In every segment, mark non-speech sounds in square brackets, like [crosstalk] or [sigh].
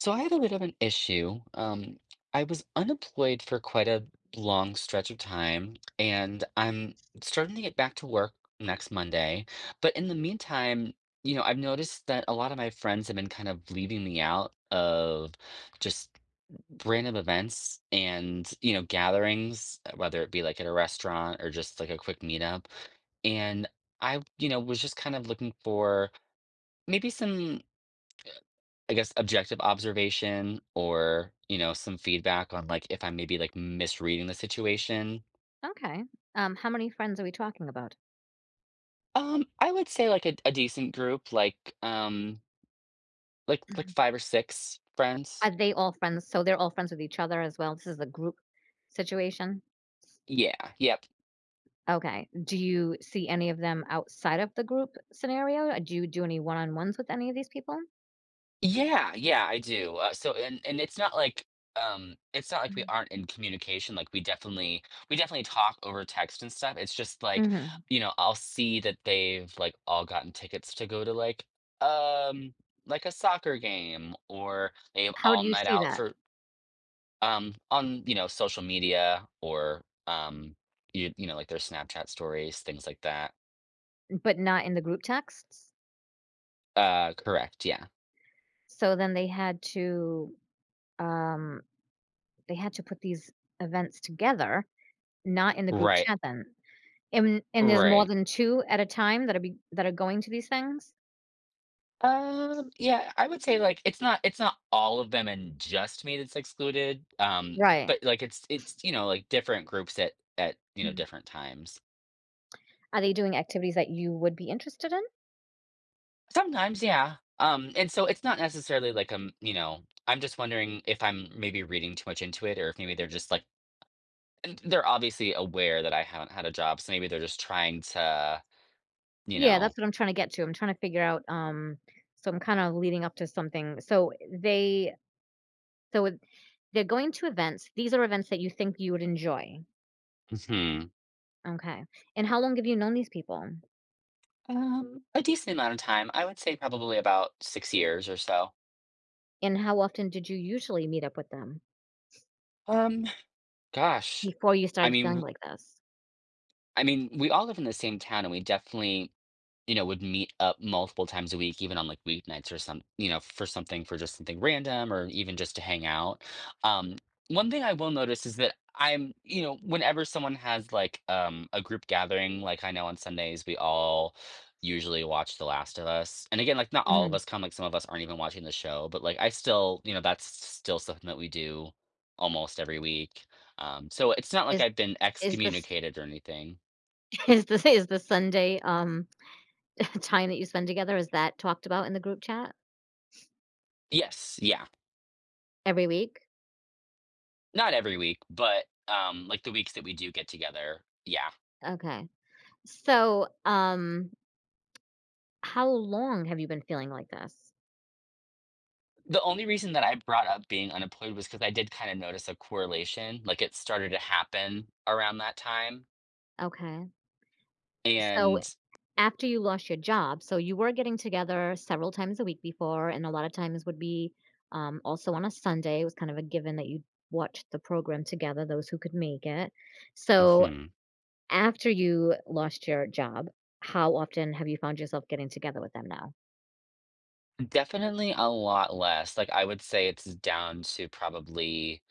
So I had a bit of an issue. I was unemployed for quite a long stretch of time, and I'm starting to get back to work next Monday. But in the meantime, I've noticed that a lot of my friends have been kind of leaving me out of just random events and, gatherings, whether it be like at a restaurant or just like a quick meetup. And I, was just kind of looking for maybe some I guess, objective observation or, some feedback on, like, if I'm maybe, like, misreading the situation. Okay. How many friends are we talking about? I would say, like, a decent group, like, like Mhm. 5 or 6 friends. Are they all friends? So they're all friends with each other as well. This is a group situation. Yeah, yeah. Okay. Do you see any of them outside of the group scenario? Do you do any one on ones with any of these people? Yeah, yeah, I do. So, and it's not like we aren't in communication. Like we definitely talk over text and stuff. It's just like, Hmm. I'll see that they've like all gotten tickets to go to um like a soccer game or they have How do all you night see out that? for on, social media or um like their Snapchat stories, things like that. But not in the group texts. Correct. Yeah. So then um, they had to put these events together, not in the group Right. chat. Then and there's more Right. than two at a time that are that are going to these things, Yeah, I would say, like, it's not all of them and just me that's excluded, right? but, like, it's, like, different groups at, different times. Are they doing activities that you would be interested in? Sometimes, yeah, and so it's not necessarily like I'm just wondering if I'm maybe reading too much into it or if maybe they're just, like and they're obviously aware that I haven't had a job, so maybe they're just trying to, you Yeah, know that's what I'm trying to get to. I'm trying to figure out, so I'm kind of leading up to something. So it- they're going to events. These are events that you think you would enjoy. Mhm. Okay. And how long have you known these people? A decent amount of time, I would say probably about 6 years or so. And how often did you usually meet up with them Um, Gosh. before you I started feeling mean like this? I mean, we all live in the same town, and we definitely, would meet up multiple times a week, even on like weeknights or some, for just something random or even just to hang out. Um, One thing I will notice is that I'm, whenever someone has like a group gathering, like I know on Sundays we all usually watch The Last of Us. And again, like not all of Hmm. us come, like some of us aren't even watching the show, but like I still, you know, that's still something that we do almost every week. So it's not like Is I've been is this excommunicated or anything. [laughs] is this is the Sunday [laughs] time that you spend together? Is that talked about in the group chat Yes, yeah. every week? Not every week, but, like, the weeks that we do get together, yeah. Okay. So, how long have you been feeling like this? The only reason that I brought up being unemployed was because I did kinda notice a correlation, like, it started to happen around that time, Okay. So and. after you lost your job, so you were getting together several times a week before, and a lot of times would be also on a Sunday. It was kind of a given that you watched the program together, those who could make it. So Mhm. after you lost your job, how often have you found yourself getting together with them now? Definitely a lot less, like, I would say it's down to probably,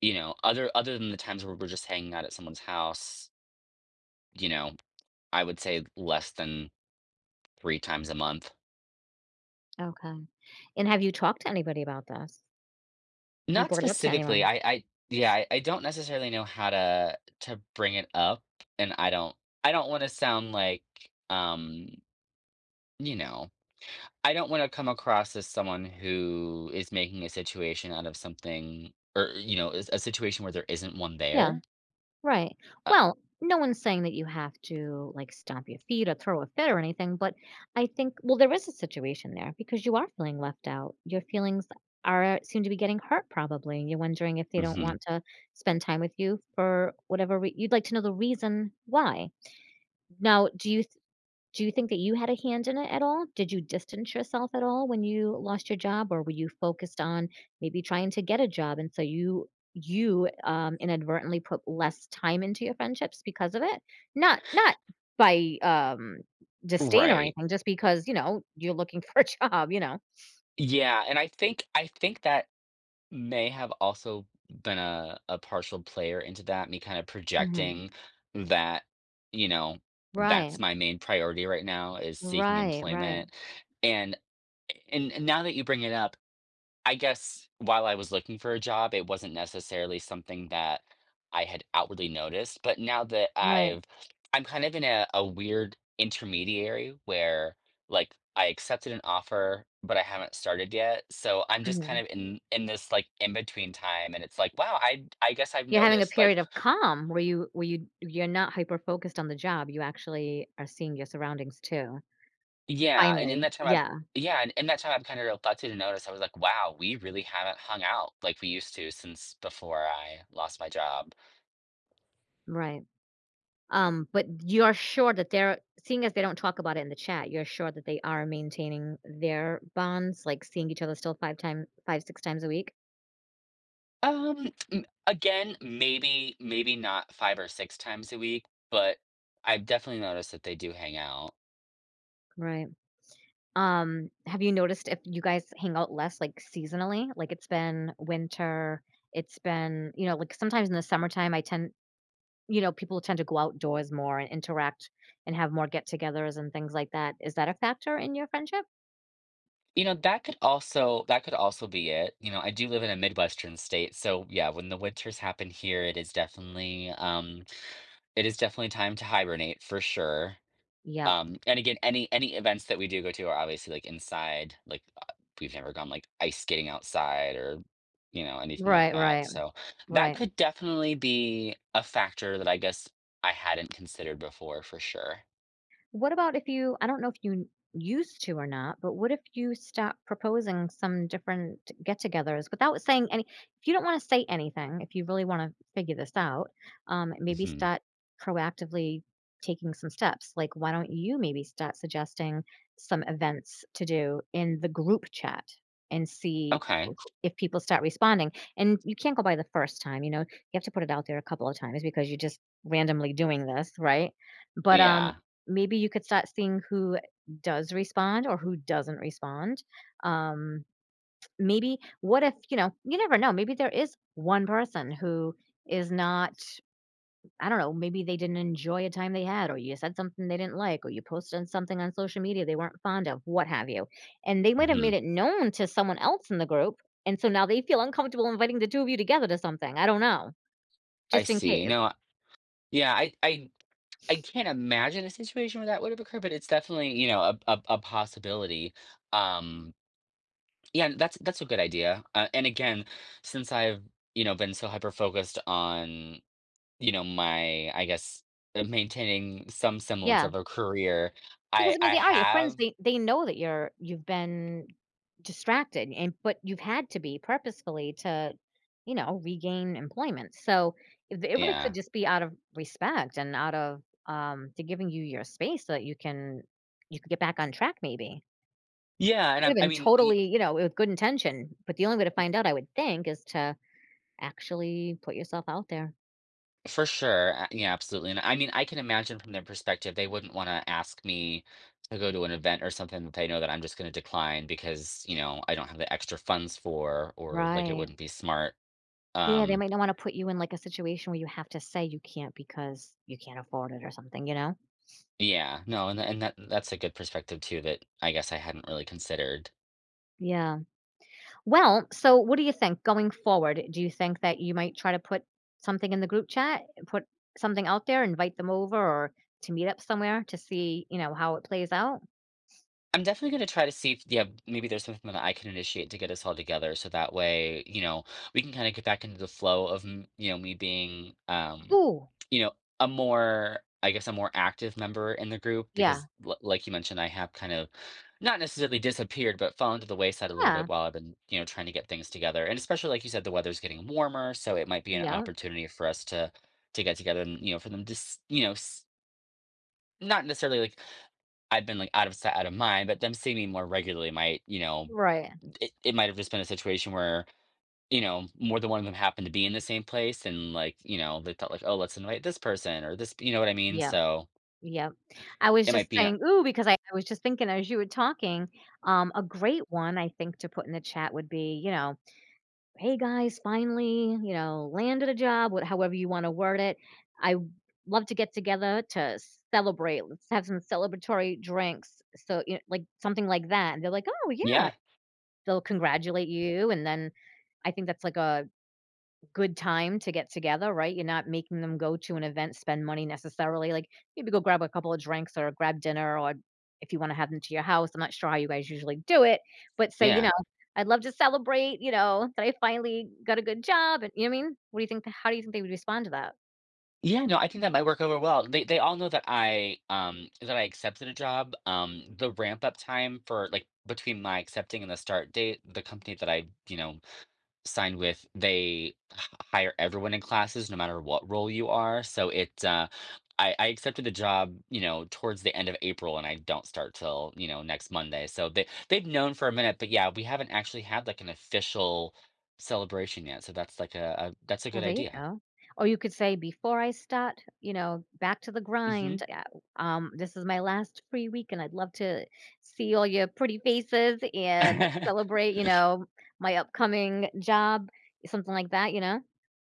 other than the times where we're just hanging out at someone's house, you know, I would say less than 3 times a month. Okay. And have you talked to anybody about this? Have you Not brought it up to specifically. anyone? I Yeah, I don't necessarily know how to bring it up, and I don't wanna sound like, um, you know, I don't wanna come across as someone who is making a situation out of something or, is a situation where there isn't one Yeah. there. Right. Uh Well, no one's saying that you have to like stomp your feet or throw a fit or anything, but I think well there is a situation there because you are feeling left out. Your feelings are seem to be getting hurt probably, and you're wondering if they don't Mhm. want to spend time with you for whatever you'd like to know the reason why. Now, do you think that you had a hand in it at all? Did you distance yourself at all when you lost your job, or were you focused on maybe trying to get a job, and so inadvertently put less time into your friendships because of it? Not by, disdain or Right. anything, just because, you know, you're looking [laughs] for a job, you know? Yeah, and I think that may have also been a partial player into that, me kinda Mhm. projecting that, you know, Right. that's my main priority right now is seeking Right, right, employment, and and now that you bring it up I guess while I was looking for a job, it wasn't necessarily something that I had outwardly noticed, but now that right. I'm kind of in a weird intermediary where, like, I accepted an offer, but I haven't started yet, so I'm just kind Mhm. of in this, like, in-between time, and it's like, "Wow, I guess I've You're having a noticed," like period of calm where you're not hyper focused on the job, you actually are seeing your surroundings too. yeah, and in Finally, that time I've yeah, yeah, and in that time I've kinda reflected and noticed, I was like, "Wow, we really haven't hung out like we used to since before I lost my job." right. But you're sure that they're seeing as they don't talk about it in the chat, you're sure that they are maintaining their bonds, like seeing each other still 5, 6 times a week? M Again, maybe not 5 or 6 times a week, but I've definitely noticed that they do hang out. Right. Have you noticed if you guys hang out less, like, seasonally? Like, it's been winter, it's been you know, like, sometimes in the summertime, I tend you know, people tend to go outdoors more and interact and have more get-togethers and things like that. Is that a factor in your friendship? You know, that could also be it. You know, I do live in a Midwestern state, so, yeah, when the winters happen here, it is definitely time to hibernate for sure. Yeah. And again, any events that we do go to are obviously like inside, like we've never gone like ice skating outside or anything like Right, that. right, So that right. could definitely be a factor that I guess I hadn't considered before for sure. What about if you I don't know if you used to or not, but what if you stop proposing some different get-togethers without saying any if you don't wanna say anything, if you really wanna figure this out, maybe Hmm. start proactively taking some steps. Like, why don't you maybe start suggesting some events to do in the group chat and see Okay. if people start responding. And you can't go by the first time, you know, you have to put it out there a couple of times because you're just randomly doing this, right? But Yeah. maybe you could start seeing who does respond or who doesn't respond. Um, maybe what if, you know, you never know, maybe there is one person who is not I don't know, maybe they didn't enjoy a time they had, or you said something they didn't like, or you posted something on social media they weren't fond of, what have you. And they might have Hmm. made it known to someone else in the group. And so now they feel uncomfortable inviting the two of you together to something. I don't know, I just in see. case. No, yeah, I can't imagine a situation where that would have occurred, but it's definitely, a possibility. Um Yeah, and that's a good idea. And again, since I've, been so hyper focused on, my, I guess, maintaining some semblance Yeah. of a career, Because, I I mean, I they are your friends, have, they know that you're you've been distracted and but you've had to be purposefully to, you know, regain employment. So, it really could yeah. just be out of respect and out of, they giving you your space so that you can get back on track maybe. Yeah, It and could I'm, have I been mean, totally, you know, with good intention, but the only way to find out, I would think, is to actually put yourself out there. for sure. Yeah, absolutely. And I mean, I can imagine from their perspective, they wouldn't want to ask me to go to an event or something that they know that I'm just going to decline because, I don't have the extra funds for, or like it Right. wouldn't be smart. Yeah, they Um, might not wanna put you in, like, a situation where you have to say you can't because you can't afford it or something, you know? Yeah, no, and that's a good perspective too that I guess I hadn't really considered. Yeah. Well, so what do you think going forward? Do you think that you might try to put something in the group chat, put something out there, invite them over or to meet up somewhere to see, you know, how it plays out? I'm definitely going to try to see if, yeah, maybe there's something that I can initiate to get us all together. So that way, we can kind of get back into the flow of, me being, Ooh, you know, a more active member in the group yeah. because, like you mentioned, I have kind of not necessarily disappeared, but fallen to the wayside a little Yeah. bit while I've been, trying to get things together. And especially, like you said, the weather's getting warmer. So it might be an Yeah. opportunity for us to get together and, for them to not necessarily like I've been like out of sight, out of mind, but them seeing me more regularly might, Right. it might have just been a situation where, more than one of them happened to be in the same place and like, they thought like, oh, let's invite this person or this, you know what I mean? Yeah. So Yeah. I was it might just be, a- saying, ooh, because I was just thinking as you were talking, a great one I think to put in the chat would be, you know, "Hey guys, finally, you know, landed a job," wh however you wanna word it. I w love to get together to celebrate. Let's have some celebratory drinks. So, you know, like, something like that, and they're like, "Oh, yeah." yeah, They'll congratulate you, and then I think that's like a good time to get together, right? You're not making them go to an event, spend money necessarily. Like maybe go grab a couple of drinks or grab dinner or if you want to have them to your house. I'm not sure how you guys usually do it, but say, you know, yeah. I'd love to celebrate, you know, that I finally got a good job. And you know what I mean? What do you think? How do you think they would respond to that? Yeah, no, I think that might work over well. They all know that I accepted a job. The ramp up time for like between my accepting and the start date, the company that I, signed with, they hire everyone in classes no matter what role you are. So I accepted the job, towards the end of April, and I don't start till next Monday. So they've known for a minute, but yeah, we haven't actually had like an official celebration yet. So that's a Well, good there you idea. go. Or you could say, before I start, you know, back to the Hmm. grind. This is my last free week, and I'd love to see all your pretty faces and [laughs] celebrate, you know, my upcoming job, something like that, you know?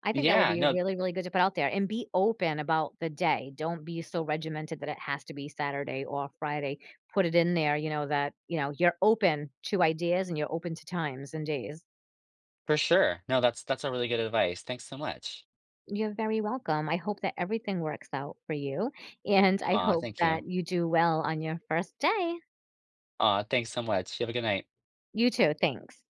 I think that would Yeah, be no, really, really good to put out there and be open about the day. Don't be so regimented that it has to be Saturday or Friday. Put it in there, you know, that, you know, you're open to ideas and you're open to times and days. for sure. No, that's a really good advice. Thanks so much. You're very welcome. I hope that everything works out for you, and I Aw, hope thank that you. you do well on your first day. Aw, thanks so much. You have a good night. You too. Thanks.